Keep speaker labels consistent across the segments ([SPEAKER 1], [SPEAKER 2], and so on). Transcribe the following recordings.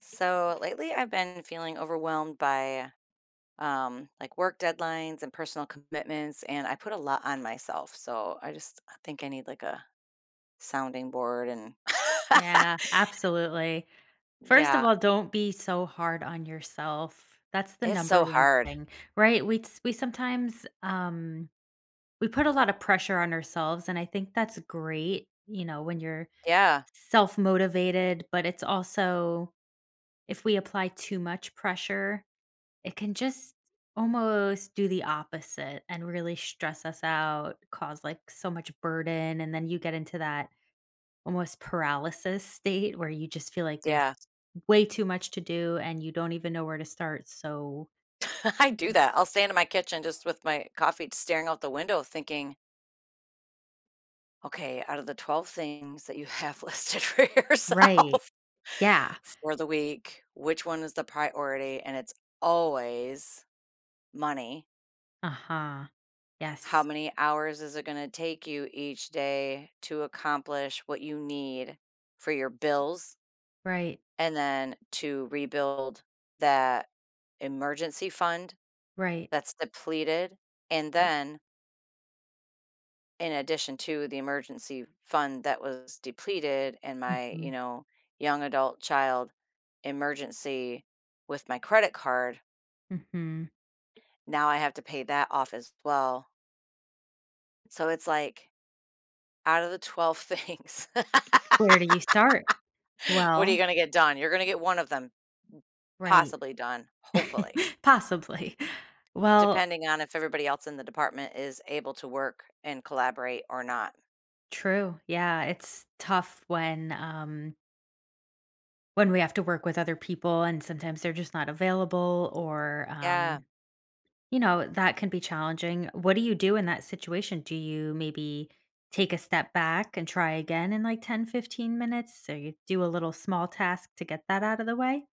[SPEAKER 1] So lately, I've been feeling overwhelmed by like work deadlines and personal commitments, and I put a lot on myself. So I think I need like a sounding board, and
[SPEAKER 2] Yeah, absolutely. First of
[SPEAKER 1] yeah,
[SPEAKER 2] all, don't be so hard on yourself. That's the
[SPEAKER 1] it's so
[SPEAKER 2] number one
[SPEAKER 1] hard.
[SPEAKER 2] thing, right? We sometimes we put a lot of pressure on ourselves, and I think that's great, you know, when you're
[SPEAKER 1] Yeah,
[SPEAKER 2] self-motivated, but it's also if we apply too much pressure, it can just almost do the opposite and really stress us out, cause like so much burden, and then you get into that almost paralysis state where you just feel like there's
[SPEAKER 1] yeah,
[SPEAKER 2] way too much to do and you don't even know where to start, so.
[SPEAKER 1] I do that. I'll stand in my kitchen just with my coffee, staring out the window, thinking, okay, out of the 12 things that you have listed for
[SPEAKER 2] Right.
[SPEAKER 1] yourself
[SPEAKER 2] Yeah.
[SPEAKER 1] for the week, which one is the priority? And it's always money.
[SPEAKER 2] Uh-huh.
[SPEAKER 1] How
[SPEAKER 2] Yes.
[SPEAKER 1] many hours is it going to take you each day to accomplish what you need for your bills
[SPEAKER 2] Right,
[SPEAKER 1] and then to rebuild that emergency fund
[SPEAKER 2] right.
[SPEAKER 1] that's depleted? And
[SPEAKER 2] Yep.
[SPEAKER 1] then, in addition to the emergency fund that was depleted and my, you
[SPEAKER 2] Mhm,
[SPEAKER 1] know, young adult child emergency with my credit card,
[SPEAKER 2] mhm.
[SPEAKER 1] now I have to pay that off as well. So it's like out of the 12 things.
[SPEAKER 2] Where do you start?
[SPEAKER 1] What are you
[SPEAKER 2] Well,
[SPEAKER 1] gonna get done? You're gonna get one of them
[SPEAKER 2] right.
[SPEAKER 1] possibly done, hopefully,
[SPEAKER 2] Possibly. Well,
[SPEAKER 1] depending on if everybody else in the department is able to work and collaborate or not.
[SPEAKER 2] true. Yeah, it's tough when we have to work with other people and sometimes they're just not available, or,
[SPEAKER 1] Yeah,
[SPEAKER 2] you know, that can be challenging. What do you do in that situation? Do you maybe take a step back and try again in like 10, 15 minutes? So you do a little small task to get that out of the way?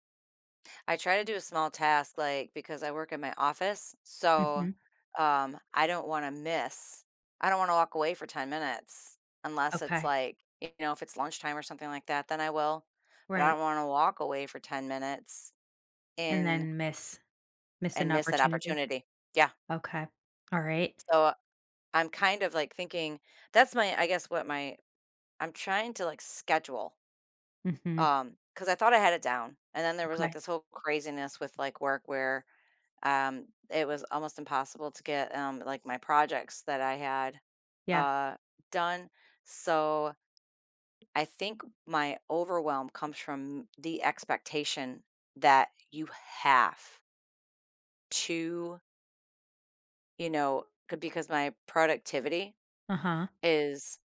[SPEAKER 1] I try to do a small task, like, because I work in my office, so,
[SPEAKER 2] Hmm.
[SPEAKER 1] um, I don't wanna miss I don't wanna walk away for 10 minutes unless it's
[SPEAKER 2] Okay.
[SPEAKER 1] like, you know, if it's lunchtime or something like that, then I will, but I
[SPEAKER 2] Right.
[SPEAKER 1] don't wanna walk away for 10 minutes
[SPEAKER 2] And
[SPEAKER 1] in
[SPEAKER 2] then miss
[SPEAKER 1] and
[SPEAKER 2] an
[SPEAKER 1] miss that
[SPEAKER 2] opportunity.
[SPEAKER 1] opportunity. Yeah,
[SPEAKER 2] Okay. All right.
[SPEAKER 1] so I'm kind of like thinking that's my I guess what my I'm trying to like schedule,
[SPEAKER 2] Mm-hmm.
[SPEAKER 1] because I thought I had it down. And then there was like
[SPEAKER 2] Okay.
[SPEAKER 1] this whole craziness with like work where it was almost impossible to get like my projects that I had
[SPEAKER 2] Yeah.
[SPEAKER 1] uh done. So I think my overwhelm comes from the expectation that you have to, you know, because my productivity
[SPEAKER 2] Uh-huh.
[SPEAKER 1] is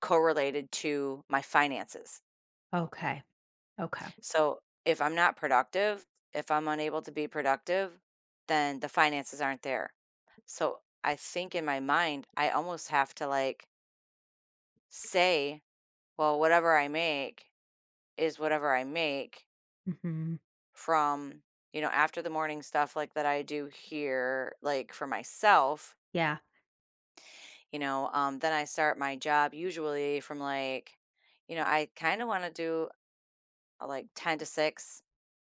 [SPEAKER 1] correlated to my finances.
[SPEAKER 2] Okay. Okay.
[SPEAKER 1] So if I'm not productive, if I'm unable to be productive, then the finances aren't there. So I think in my mind, I almost have to like say, well, whatever I make is whatever I make
[SPEAKER 2] Mm-hmm.
[SPEAKER 1] from, you know, after the morning stuff like that I do here, like for myself,
[SPEAKER 2] Yeah.
[SPEAKER 1] you know, then I start my job usually from like, you know, I kind of want to do like 10 to 6,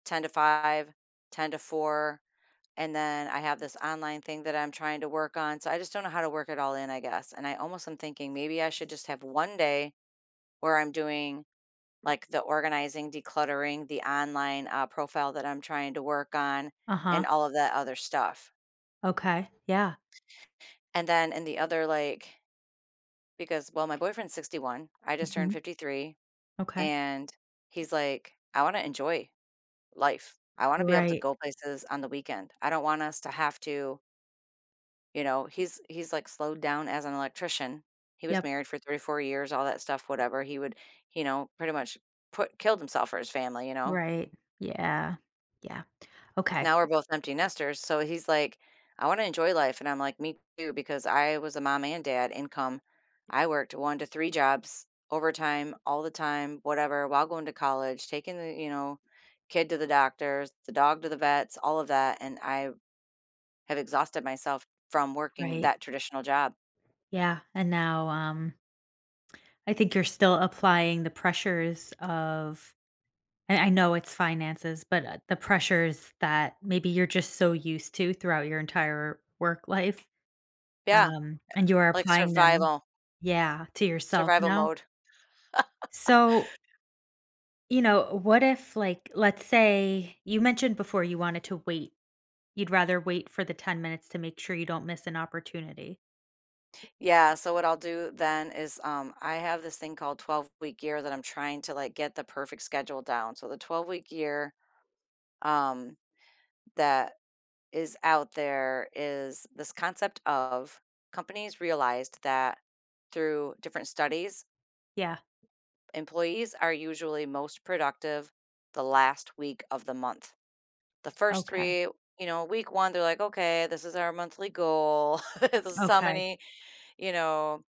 [SPEAKER 1] 10 to 5, 10 to 4, and then I have this online thing that I'm trying to work on. So I just don't know how to work it all in, I guess. And I almost am thinking maybe I should just have one day where I'm doing like the organizing, decluttering, the online profile that I'm trying to work on, and
[SPEAKER 2] Uh-huh.
[SPEAKER 1] all of that other stuff.
[SPEAKER 2] Okay. Yeah.
[SPEAKER 1] And then in the other, like, because, well, my boyfriend's 61, I just turned
[SPEAKER 2] Mm-hmm.
[SPEAKER 1] 53,
[SPEAKER 2] Okay.
[SPEAKER 1] and he's like, "I want to enjoy life. I want to be able to
[SPEAKER 2] Right.
[SPEAKER 1] go places on the weekend. I don't want us to have to..." You know, he's, like, slowed down as an electrician. He was
[SPEAKER 2] Yep.
[SPEAKER 1] married for 34 years, all that stuff, whatever. He would, you know, pretty much put killed himself for his family, you know?
[SPEAKER 2] Right. Yeah. Yeah. Okay.
[SPEAKER 1] Now we're both empty nesters, so he's like, "I wanna enjoy life," and I'm like, "Me too," because I was a mom and dad income. I worked 1 to 3 jobs, overtime, all the time, whatever, while going to college, taking the, you know, kid to the doctors, the dog to the vets, all of that, and I have exhausted myself from working
[SPEAKER 2] Right.
[SPEAKER 1] that traditional job.
[SPEAKER 2] Yeah, and now, I think you're still applying the pressures of, and I know it's finances, but, the pressures that maybe you're just so used to throughout your entire work life,
[SPEAKER 1] Yeah.
[SPEAKER 2] and you are
[SPEAKER 1] Like
[SPEAKER 2] applying them,
[SPEAKER 1] survival
[SPEAKER 2] yeah, to yourself
[SPEAKER 1] survival
[SPEAKER 2] now.
[SPEAKER 1] mode.
[SPEAKER 2] So, you know, what if, like, let's say you mentioned before you wanted to wait. You'd rather wait for the 10 minutes to make sure you don't miss an opportunity.
[SPEAKER 1] Yeah, so what I'll do then is, I have this thing called 12-week year that I'm trying to, like, get the perfect schedule down. So the 12-week year, um, that is out there is this concept of companies realized that through different studies,
[SPEAKER 2] Yeah.
[SPEAKER 1] employees are usually most productive the last week of the month. The first
[SPEAKER 2] Okay.
[SPEAKER 1] 3, you know, week 1, they're like, "Okay, this is our monthly goal. This is how
[SPEAKER 2] Okay.
[SPEAKER 1] many you know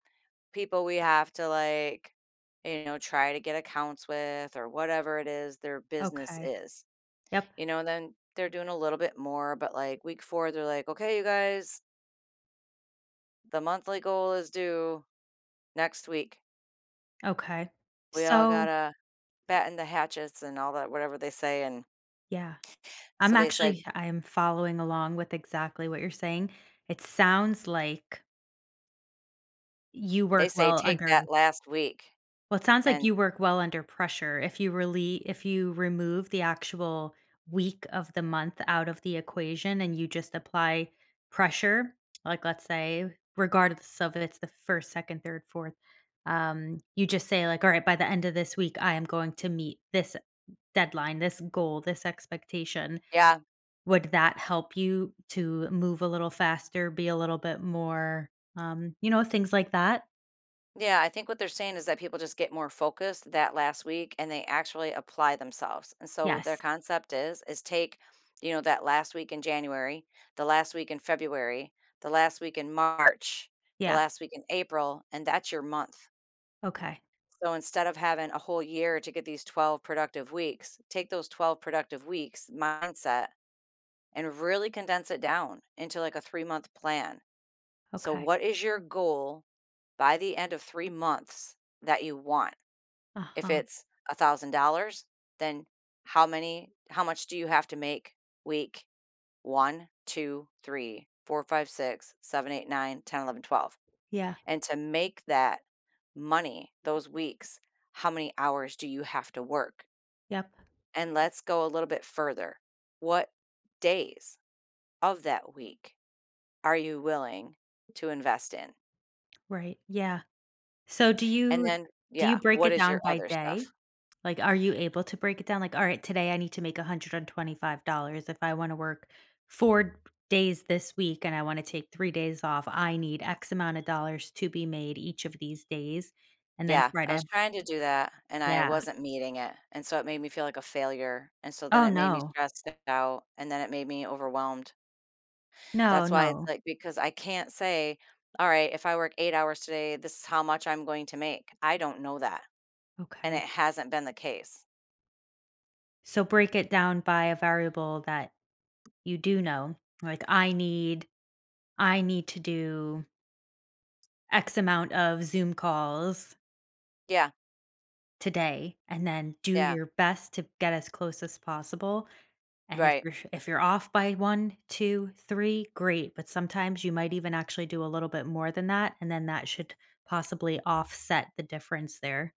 [SPEAKER 1] people we have to, like, you know, try to get accounts with," or whatever it is their business
[SPEAKER 2] Okay.
[SPEAKER 1] is,
[SPEAKER 2] Yep.
[SPEAKER 1] you know. And then they're doing a little bit more, but like week 4 they're like, "Okay, you guys, the monthly goal is due next week,
[SPEAKER 2] Okay.
[SPEAKER 1] we all
[SPEAKER 2] So,
[SPEAKER 1] gotta batten the hatchets," and all that, whatever they say. And
[SPEAKER 2] yeah, I'm
[SPEAKER 1] so
[SPEAKER 2] actually I'm following along with exactly what you're saying. It sounds like you
[SPEAKER 1] they
[SPEAKER 2] work
[SPEAKER 1] say
[SPEAKER 2] well
[SPEAKER 1] take
[SPEAKER 2] under.
[SPEAKER 1] that last week.
[SPEAKER 2] Well, it sounds like
[SPEAKER 1] And
[SPEAKER 2] you work well under pressure. If you really, if you remove the actual week of the month out of the equation and you just apply pressure, like, let's say, regardless of if it's the first, second, third, fourth, you just say, like, all right, by the end of this week, I am going to meet this deadline, this goal, this expectation.
[SPEAKER 1] yeah,
[SPEAKER 2] Would that help you to move a little faster, be a little bit more, you know, things like that?
[SPEAKER 1] yeah, I think what they're saying is that people just get more focused that last week and they actually apply themselves. And so their
[SPEAKER 2] Yes.
[SPEAKER 1] concept is take, you know, that last week in January, the last week in February, the last week in March, the
[SPEAKER 2] Yeah.
[SPEAKER 1] last week in April, and that's your month.
[SPEAKER 2] Okay.
[SPEAKER 1] So instead of having a whole year to get these 12 productive weeks, take those 12 productive weeks mindset and really condense it down into like a 3-month plan. So
[SPEAKER 2] Okay.
[SPEAKER 1] what is your goal by the end of 3 months that you want?
[SPEAKER 2] Uh
[SPEAKER 1] If
[SPEAKER 2] huh.
[SPEAKER 1] it's $1,000, then how much do you have to make week one, 2, 3, 4, 5, 6, 7, 8, 9, 10, 11, 12?
[SPEAKER 2] Yeah,
[SPEAKER 1] And to make that money those weeks, how many hours do you have to work?
[SPEAKER 2] yep,
[SPEAKER 1] And let's go a little bit further. What days of that week are you willing to invest in?
[SPEAKER 2] right, yeah. So do
[SPEAKER 1] And
[SPEAKER 2] you,
[SPEAKER 1] then
[SPEAKER 2] do you
[SPEAKER 1] yeah,
[SPEAKER 2] break
[SPEAKER 1] what
[SPEAKER 2] it
[SPEAKER 1] is
[SPEAKER 2] down
[SPEAKER 1] your
[SPEAKER 2] by
[SPEAKER 1] other stuff?
[SPEAKER 2] day? Like, are you able to break it down? Like, all right, today I need to make $125 if I wanna work 4 days this week and I wanna take 3 days off, I need X amount of dollars to be made each of these days, and then
[SPEAKER 1] Yeah,
[SPEAKER 2] try
[SPEAKER 1] I was
[SPEAKER 2] to,
[SPEAKER 1] trying to do that, and I
[SPEAKER 2] yeah.
[SPEAKER 1] wasn't meeting it, and so it made me feel like a failure, and so then
[SPEAKER 2] Oh,
[SPEAKER 1] it made me
[SPEAKER 2] no.
[SPEAKER 1] stressed out, and then it made me overwhelmed.
[SPEAKER 2] No,
[SPEAKER 1] That's why it's
[SPEAKER 2] no.
[SPEAKER 1] like because I can't say, "All right, if I work 8 hours today, this is how much I'm going to make." I don't know that, and it
[SPEAKER 2] Okay.
[SPEAKER 1] hasn't been the case.
[SPEAKER 2] So break it down by a variable that you do know, like, I need to do X amount of Zoom calls
[SPEAKER 1] Yeah,
[SPEAKER 2] today, and then do
[SPEAKER 1] yeah,
[SPEAKER 2] your best to get as close as possible, and if
[SPEAKER 1] right.
[SPEAKER 2] you're sh if you're off by one, 2, 3, great, but sometimes you might even actually do a little bit more than that, and then that should possibly offset the difference there.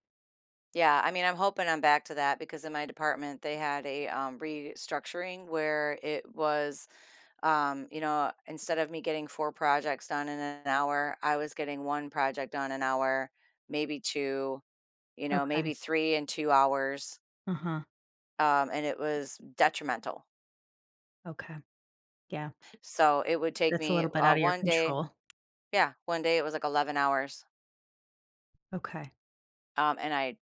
[SPEAKER 1] Yeah, I mean, I'm hoping I'm back to that because in my department, they had a, restructuring where it was. Instead of me getting four projects done in an hour, I was getting one project done an hour, maybe two, you know, maybe
[SPEAKER 2] Okay.
[SPEAKER 1] three in 2 hours.
[SPEAKER 2] Uh-huh.
[SPEAKER 1] And it was detrimental.
[SPEAKER 2] Okay. Yeah.
[SPEAKER 1] So it would take
[SPEAKER 2] That's a
[SPEAKER 1] me
[SPEAKER 2] little bit out of your
[SPEAKER 1] one day.
[SPEAKER 2] control.
[SPEAKER 1] Yeah, one day it was like 11 hours.
[SPEAKER 2] Okay.
[SPEAKER 1] And I,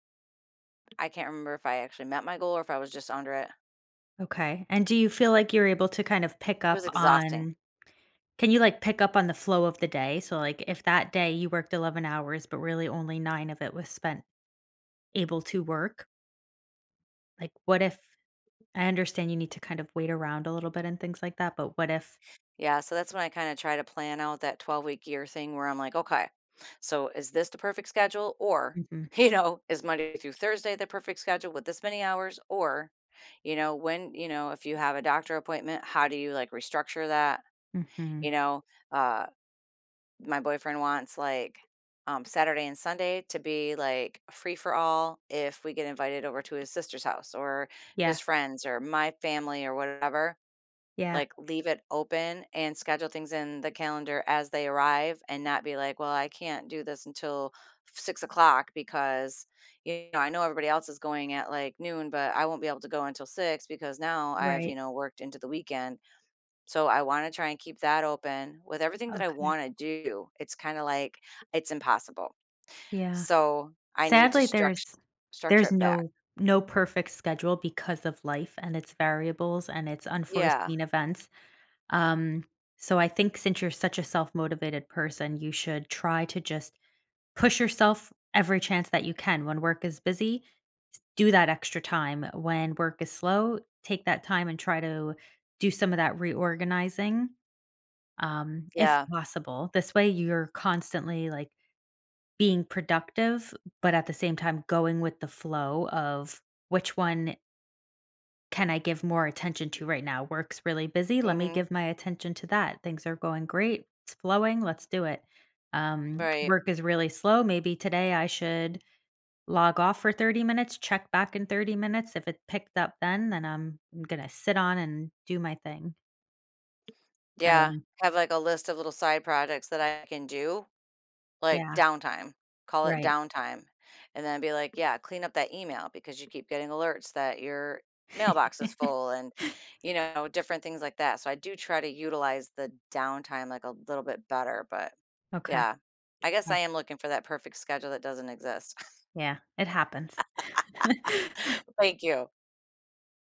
[SPEAKER 1] I can't remember if I actually met my goal or if I was just under it.
[SPEAKER 2] Okay, and do you feel like you're able to kind of pick
[SPEAKER 1] It
[SPEAKER 2] up
[SPEAKER 1] was exhausting.
[SPEAKER 2] on. Can you, like, pick up on the flow of the day? So, like, if that day you worked 11 hours, but really only 9 of it was spent able to work, like, what if, I understand you need to kind of wait around a little bit and things like that, but what if.
[SPEAKER 1] Yeah, so that's when I kind of try to plan out that 12-week year thing where I'm like, "Okay, so is this the perfect schedule or,
[SPEAKER 2] Mhm,
[SPEAKER 1] you know, is Monday through Thursday the perfect schedule with this many hours or, you know, when, you know, if you have a doctor appointment, how do you like restructure that?" You
[SPEAKER 2] mhm.
[SPEAKER 1] know, uh, my boyfriend wants like, Saturday and Sunday to be like free for all if we get invited over to his sister's house or his
[SPEAKER 2] Yeah,
[SPEAKER 1] friends or my family or whatever.
[SPEAKER 2] yeah,
[SPEAKER 1] Like, leave it open and schedule things in the calendar as they arrive and not be like, well, I can't do this until 6 o'clock because, you know, I know everybody else is going at like noon, but I won't be able to go until 6 because now I've, you
[SPEAKER 2] right,
[SPEAKER 1] know, worked into the weekend. So I want to try and keep that open with everything that I
[SPEAKER 2] okay,
[SPEAKER 1] want to do. It's kind of like it's impossible.
[SPEAKER 2] yeah.
[SPEAKER 1] So I need to
[SPEAKER 2] Sadly, there's
[SPEAKER 1] structure
[SPEAKER 2] there's
[SPEAKER 1] it back.
[SPEAKER 2] no no perfect schedule because of life and its variables and its
[SPEAKER 1] Yeah.
[SPEAKER 2] unforeseen events, um, so I think since you're such a self-motivated person, you should try to just push yourself every chance that you can. When work is busy, do that extra time. When work is slow, take that time and try to do some of that reorganizing, if
[SPEAKER 1] Yeah.
[SPEAKER 2] possible. This way, you're constantly like being productive, but at the same time, going with the flow of which one can I give more attention to right now? Work's really busy. Let me
[SPEAKER 1] Mhm.
[SPEAKER 2] give my attention to that. Things are going great. It's flowing. Let's do it.
[SPEAKER 1] Right.
[SPEAKER 2] Work is really slow. Maybe today I should log off for 30 minutes, check back in 30 minutes. If it picked up then I'm gonna sit on and do my thing. I don't
[SPEAKER 1] Yeah,
[SPEAKER 2] know.
[SPEAKER 1] have, like, a list of little side projects that I can do, like,
[SPEAKER 2] Yeah,
[SPEAKER 1] downtime, call it
[SPEAKER 2] right.
[SPEAKER 1] downtime, and then be like, "Yeah, clean up that email because you keep getting alerts that your mailbox is full," and, you know, different things like that, so I do try to utilize the downtime, like, a little bit better, but
[SPEAKER 2] Okay.
[SPEAKER 1] yeah, I guess I
[SPEAKER 2] Yeah,
[SPEAKER 1] am looking for that perfect schedule that doesn't exist.
[SPEAKER 2] yeah, it happens.
[SPEAKER 1] Thank you.